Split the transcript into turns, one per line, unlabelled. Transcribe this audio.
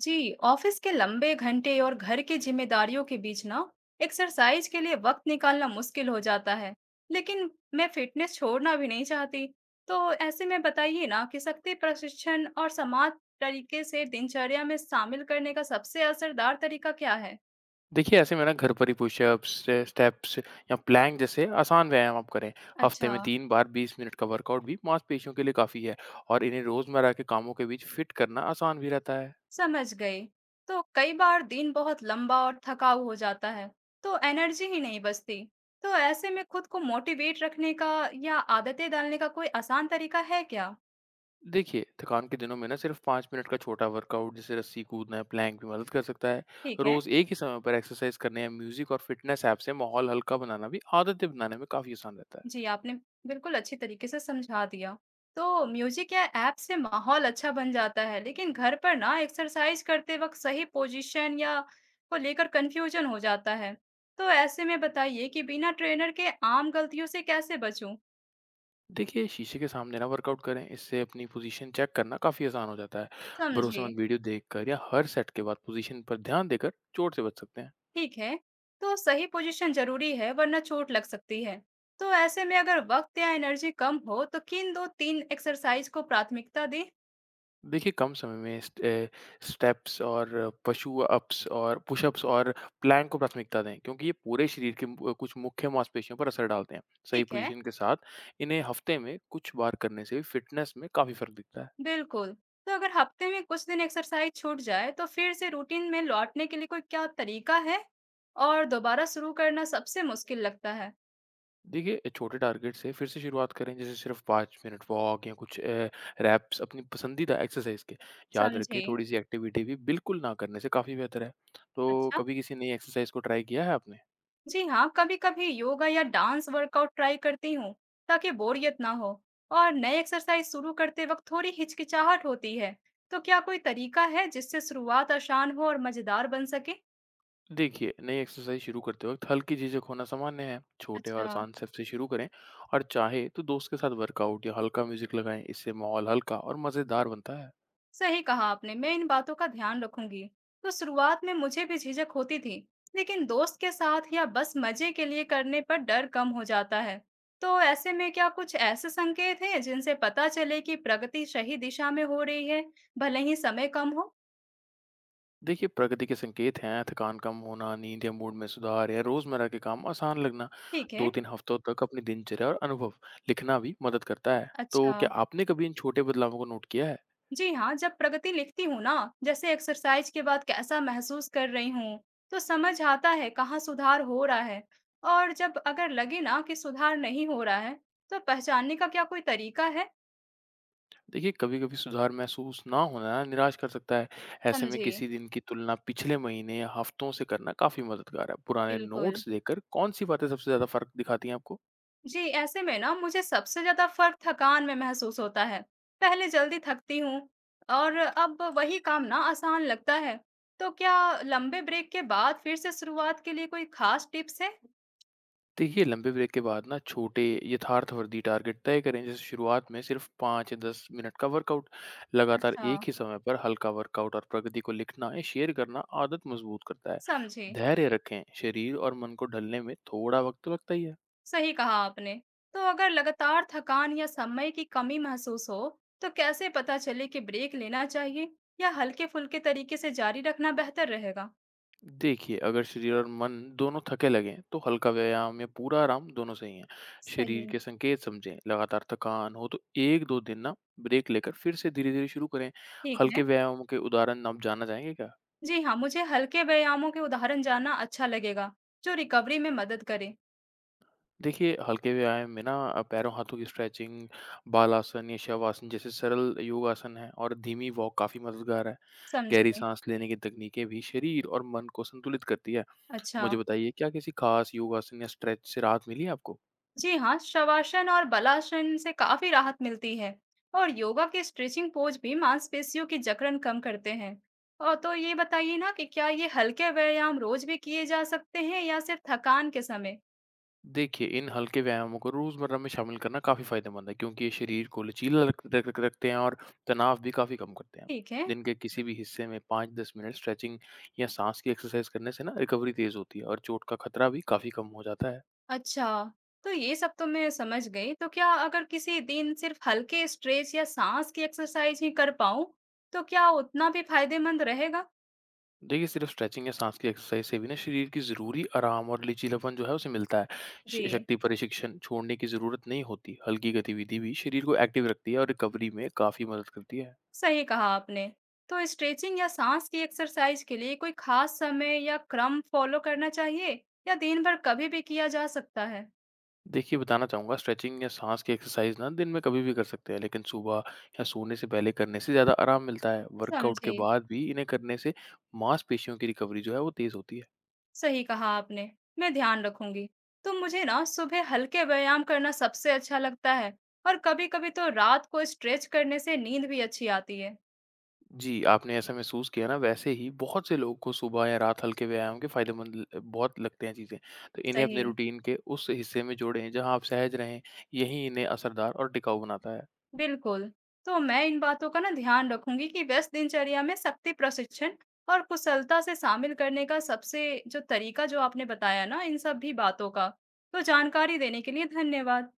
जी office के लंबे घंटे और घर की जिम्मेदारियों के बीच ना एक्सरसाइज के लिए वक्त निकालना मुश्किल हो जाता है। लेकिन मैं फिटनेस छोड़ना भी नहीं चाहती। तो ऐसे में बताइए ना कि शक्ति प्रशिक्षण और समाज तरीके से दिनचर्या में शामिल करने का सबसे असरदार तरीका क्या है?
देखिए, ऐसे में ना घर पर ही पुशअप्स, स्टेप्स या प्लैंक जैसे आसान व्यायाम आप करें। हफ्ते
अच्छा,
में 3 बार 20 मिनट का वर्कआउट भी मांसपेशियों के लिए काफ़ी है और इन्हें रोज़मर्रा के कामों के बीच फिट करना आसान भी रहता है।
समझ गई। तो कई बार दिन बहुत लंबा और थकाऊ हो जाता है, तो एनर्जी ही नहीं बचती। तो ऐसे में खुद को मोटिवेट रखने का या आदतें डालने का कोई आसान तरीका है क्या?
देखिए, थकान के दिनों में ना सिर्फ 5 मिनट का छोटा वर्कआउट जैसे रस्सी कूदना या प्लैंक भी मदद कर सकता है।
ठीक है।
रोज़ एक ही समय पर एक्सरसाइज करने या म्यूज़िक और फिटनेस ऐप से माहौल हल्का बनाना भी आदतें बनाने में काफ़ी आसान रहता है।
जी, आपने बिल्कुल अच्छी तरीके से समझा दिया। तो म्यूज़िक या ऐप से माहौल अच्छा बन जाता है, लेकिन घर पर ना एक्सरसाइज़ करते वक़्त सही पोज़ीशन या को लेकर कन्फ्यूज़न हो जाता है। तो ऐसे में बताइए कि बिना ट्रेनर के आम गलतियों से कैसे बचूँ?
देखिए, शीशे के सामने ना वर्कआउट करें, इससे अपनी पोज़ीशन चेक करना काफ़ी आसान हो जाता है।
समझी।
भरोसेमंद वीडियो देखकर या हर सेट के बाद पोज़ीशन पर ध्यान देकर चोट से बच सकते हैं।
ठीक है, तो सही पोज़ीशन ज़रूरी है वरना चोट लग सकती है। तो ऐसे में अगर वक़्त या एनर्जी कम हो, तो किन 2-3 एक्सरसाइज़ को प्राथमिकता दें?
देखिए, कम समय में स्टेप्स और पशु अप्स और पुशअप्स और प्लैंक को प्राथमिकता दें, क्योंकि ये पूरे शरीर के कुछ मुख्य मांसपेशियों पर असर डालते हैं। सही
ठीक है।
पोज़ीशन के साथ इन्हें हफ़्ते में कुछ बार करने से फ़िटनेस में काफ़ी फ़र्क दिखता है।
बिल्कुल। तो अगर हफ्ते में कुछ दिन एक्सरसाइज छूट जाए, तो फिर से रूटीन में लौटने के लिए कोई क्या तरीका है? और दोबारा शुरू करना सबसे मुश्किल लगता है।
देखिए, छोटे टारगेट से फिर से शुरुआत करें, जैसे सिर्फ 5 मिनट वॉक या कुछ रैप्स अपनी पसंदीदा एक्सरसाइज़ के। याद रखें,
समझे।
थोड़ी-सी एक्टिविटी भी बिल्कुल ना करने से काफ़ी बेहतर है। तो
अच्छा,
कभी किसी नई एक्सरसाइज़ को ट्राई किया है आपने?
जी हाँ, कभी कभी योगा या डांस वर्कआउट ट्राई करती हूँ ताकि बोरियत ना हो। और नए एक्सरसाइज शुरू करते वक्त थोड़ी हिचकिचाहट होती है, तो क्या कोई तरीका है जिससे शुरुआत आसान हो और मजेदार बन सके?
देखिए, नई एक्सरसाइज़ शुरू करते वक़्त हल्की झिझक होना सामान्य है। छोटे और
अच्छा।
आसान स्टेप से शुरू करें और चाहे तो दोस्त के साथ वर्कआउट या हल्का म्यूज़िक लगाएँ। इससे माहौल हल्का और मज़ेदार बनता है।
सही कहा आपने, मैं इन बातों का ध्यान रखूंगी। तो शुरुआत में मुझे भी झिझक होती थी, लेकिन दोस्त के साथ या बस मजे के लिए करने पर डर कम हो जाता है। तो ऐसे में क्या कुछ ऐसे संकेत हैं जिनसे पता चले कि प्रगति सही दिशा में हो रही है, भले ही समय कम हो?
देखिए, प्रगति के संकेत हैं थकान कम होना, नींद या मूड में सुधार, या रोजमर्रा के काम आसान लगना।
ठीक
दो
है।
तीन हफ्तों तक अपनी दिनचर्या और अनुभव लिखना भी मदद करता है। तो
अच्छा,
क्या आपने कभी इन छोटे बदलावों को नोट किया है?
जी हाँ, जब प्रगति लिखती हूँ ना, जैसे एक्सरसाइज के बाद कैसा महसूस कर रही हूँ, तो समझ आता है कहाँ सुधार हो रहा है। और जब अगर लगे ना कि सुधार नहीं हो रहा है, तो पहचानने का क्या कोई तरीका है?
देखिए, कभी कभी सुधार महसूस ना होना निराश कर सकता है। ऐसे में
समझिए।
किसी दिन की तुलना पिछले महीने या हफ्तों से करना काफी मददगार है। पुराने
बिल्कुल।
नोट्स देखकर कौन सी बातें सबसे ज्यादा फर्क दिखाती हैं आपको?
जी, ऐसे में ना मुझे सबसे ज्यादा फर्क थकान में महसूस होता है। पहले जल्दी थकती हूँ और अब वही काम ना आसान लगता है। तो क्या लंबे ब्रेक के बाद फिर से शुरुआत के लिए कोई खास टिप्स है?
देखिए, लंबे ब्रेक के बाद ना छोटे यथार्थवर्ती टारगेट तय करें, जैसे शुरुआत में सिर्फ 5 या 10 मिनट का वर्कआउट। लगातार
अच्छा।
एक ही समय पर हल्का वर्कआउट और प्रगति को लिखना या शेयर करना आदत मजबूत करता है।
समझे।
धैर्य रखें, शरीर और मन को ढलने में थोड़ा वक्त तो लगता ही है।
सही कहा आपने। तो अगर लगातार थकान या समय की कमी महसूस हो, तो कैसे पता चले कि ब्रेक लेना चाहिए, या हल्के फुल्के तरीके से जारी रखना बेहतर रहेगा?
देखिए, अगर शरीर और मन दोनों थके लगें, तो हल्का व्यायाम या पूरा आराम दोनों सही हैं।
सही।
शरीर के संकेत समझें, लगातार थकान हो तो 1-2 दिन ना ब्रेक लेकर फिर से धीरे-धीरे शुरू करें।
ठीक
हल्के
है।
व्यायामों के उदाहरण आप जानना चाहेंगे क्या?
जी हाँ, मुझे हल्के व्यायामों के उदाहरण जानना अच्छा लगेगा जो रिकवरी में मदद करे।
देखिए, हल्के व्यायाम में ना पैरों हाथों की स्ट्रेचिंग, बालासन या शवासन जैसे सरल योग आसन हैं और धीमी वॉक काफ़ी मददगार है। गहरी
समझिए।
सांस लेने की तकनीकें भी शरीर और मन को संतुलित करती है।
अच्छा।
मुझे बताइए क्या किसी खास योगासन या स्ट्रेच से राहत मिली है आपको?
जी हाँ, शवासन और बलासन से काफी राहत मिलती है, और योगा के स्ट्रेचिंग पोज भी मांसपेशियों की जकड़न कम करते हैं। और तो ये बताइए ना कि क्या ये हल्के व्यायाम रोज भी किए जा सकते हैं या सिर्फ थकान के समय?
देखिए, इन हल्के व्यायामों को रोज़मर्रा में शामिल करना काफ़ी फ़ायदेमंद है क्योंकि ये शरीर को लचीला रख रख रख रखते हैं और तनाव भी काफ़ी कम करते हैं।
ठीक है।
दिन के किसी भी हिस्से में 5-10 मिनट स्ट्रेचिंग या साँस की एक्सरसाइज़ करने से ना रिकवरी तेज़ होती है और चोट का खतरा भी काफ़ी कम हो जाता है।
अच्छा, तो ये सब तो मैं समझ गई। तो क्या अगर किसी दिन सिर्फ हल्के स्ट्रेच या सांस की एक्सरसाइज ही कर पाऊँ, तो क्या उतना भी फायदेमंद रहेगा?
देखिए, सिर्फ स्ट्रेचिंग या सांस की एक्सरसाइज से भी ना शरीर की ज़रूरी आराम और लचीलापन जो है उसे मिलता है।
जी।
शक्ति प्रशिक्षण छोड़ने की ज़रूरत नहीं होती। हल्की गतिविधि भी शरीर को एक्टिव रखती है और रिकवरी में काफ़ी मदद करती है।
सही कहा आपने। तो स्ट्रेचिंग या सांस की एक्सरसाइज के लिए कोई खास समय या क्रम फॉलो करना चाहिए, या दिन भर कभी भी किया जा सकता है?
देखिए, बताना चाहूँगा, स्ट्रेचिंग या सांस की एक्सरसाइज ना दिन में कभी भी कर सकते हैं, लेकिन सुबह या सोने से पहले करने से ज़्यादा आराम मिलता है। वर्कआउट के
समझी।
बाद भी इन्हें करने से मांसपेशियों की रिकवरी जो है वो तेज़ होती है।
सही कहा आपने, मैं ध्यान रखूंगी। तो मुझे ना सुबह हल्के व्यायाम करना सबसे अच्छा लगता है, और कभी कभी तो रात को स्ट्रेच करने से नींद भी अच्छी आती है।
जी, आपने ऐसा महसूस किया ना, वैसे ही बहुत से लोगों को सुबह या रात हल्के व्यायाम के फ़ायदेमंद ल बहुत लगते हैं चीज़ें। तो इन्हें अपने
सही।
रूटीन के उस हिस्से में जोड़ें जहाँ आप सहज रहें, यही इन्हें असरदार और टिकाऊ बनाता है।
बिल्कुल। तो मैं इन बातों का ना ध्यान रखूँगी कि व्यस्त दिनचर्या में शक्ति प्रशिक्षण और कुशलता से शामिल करने का सबसे जो तरीका जो आपने बताया ना, इन सभी बातों का, तो जानकारी देने के लिए धन्यवाद।